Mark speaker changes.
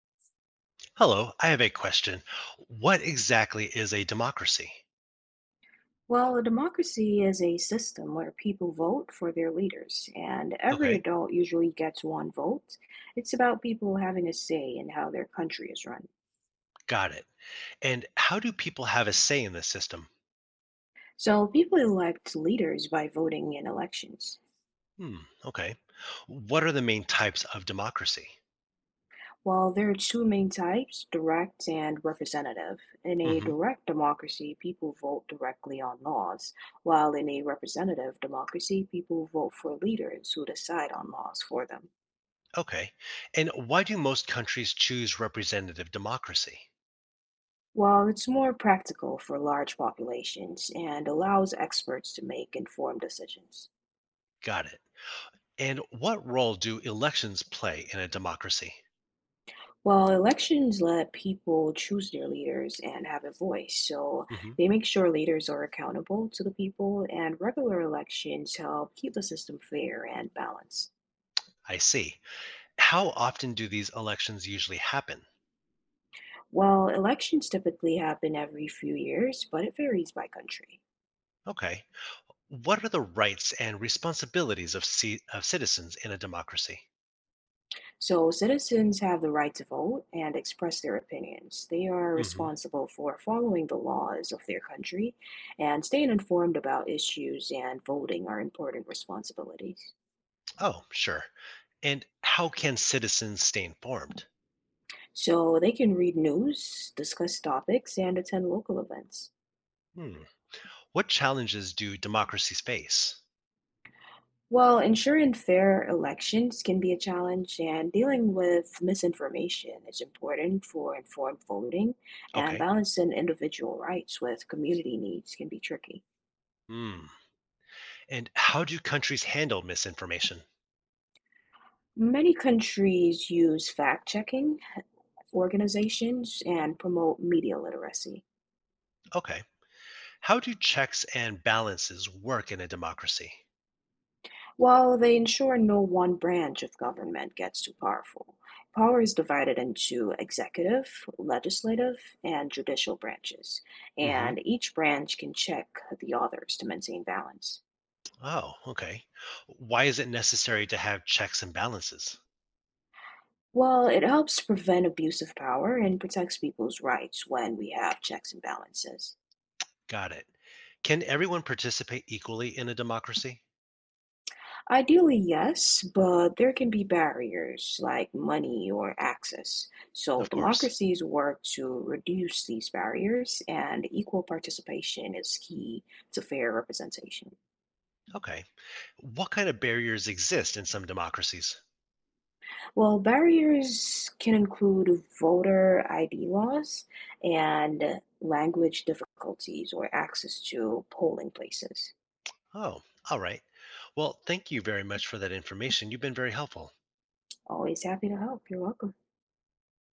Speaker 1: Hello, I have a question. What exactly is a democracy?
Speaker 2: Well, a democracy is a system where people vote for their leaders, and every
Speaker 1: Okay,
Speaker 2: adult usually gets one vote. It's about people having a say in how their country is run.
Speaker 1: got it. And how do people have a say in this system?
Speaker 2: So people elect leaders by voting in elections.
Speaker 1: Hmm, okay. What are the main types of democracy?
Speaker 2: While there are two main types, direct and representative. In a
Speaker 1: Hmm,
Speaker 2: direct democracy, people vote directly on laws, while in a representative democracy, people vote for leaders who decide on laws for them.
Speaker 1: okay. And why do most countries choose representative democracy?
Speaker 2: Well, it's more practical for large populations and allows experts to make informed decisions.
Speaker 1: Got it. And what role do elections play in a democracy?
Speaker 2: Well, elections let people choose their leaders and have a voice, so
Speaker 1: Hmm,
Speaker 2: they make sure leaders are accountable to the people, and regular elections help keep the system fair and balanced.
Speaker 1: I see. How often do these elections usually happen?
Speaker 2: Well, elections typically happen every few years, but it varies by country.
Speaker 1: Okay. What are the rights and responsibilities of, of citizens in a democracy?
Speaker 2: So citizens have the right to vote and express their opinions. They are
Speaker 1: Hmm.
Speaker 2: responsible for following the laws of their country, and staying informed about issues and voting are important responsibilities.
Speaker 1: Oh, sure. And how can citizens stay informed?
Speaker 2: So they can read news, discuss topics, and attend local events.
Speaker 1: Hmm. What challenges do democracies face?
Speaker 2: While ensuring fair elections can be a challenge, and dealing with misinformation is important for informed voting, and
Speaker 1: Okay.
Speaker 2: balancing individual rights with community needs can be tricky.
Speaker 1: Mm. And how do countries handle misinformation?
Speaker 2: Many countries use fact checking organizations and promote media literacy.
Speaker 1: Okay. How do checks and balances work in a democracy?
Speaker 2: While they ensure no one branch of government gets too powerful, power is divided into executive, legislative, and judicial branches,
Speaker 1: Hmm.
Speaker 2: and each branch can check the others to maintain balance.
Speaker 1: Oh, okay. Why is it necessary to have checks and balances?
Speaker 2: Well, it helps prevent abuse of power and protects people's rights when we have checks and balances.
Speaker 1: Got it. Can everyone participate equally in a democracy?
Speaker 2: Ideally, yes, but there can be barriers like money or access. So,
Speaker 1: Of course.
Speaker 2: democracies work to reduce these barriers, and equal participation is key to fair representation.
Speaker 1: Okay. What kind of barriers exist in some democracies?
Speaker 2: Well, barriers can include voter ID laws and language difficulties or access to polling places.
Speaker 1: Oh, all right. Well, thank you very much for that information. You've been very helpful.
Speaker 2: Always happy to help. You're welcome.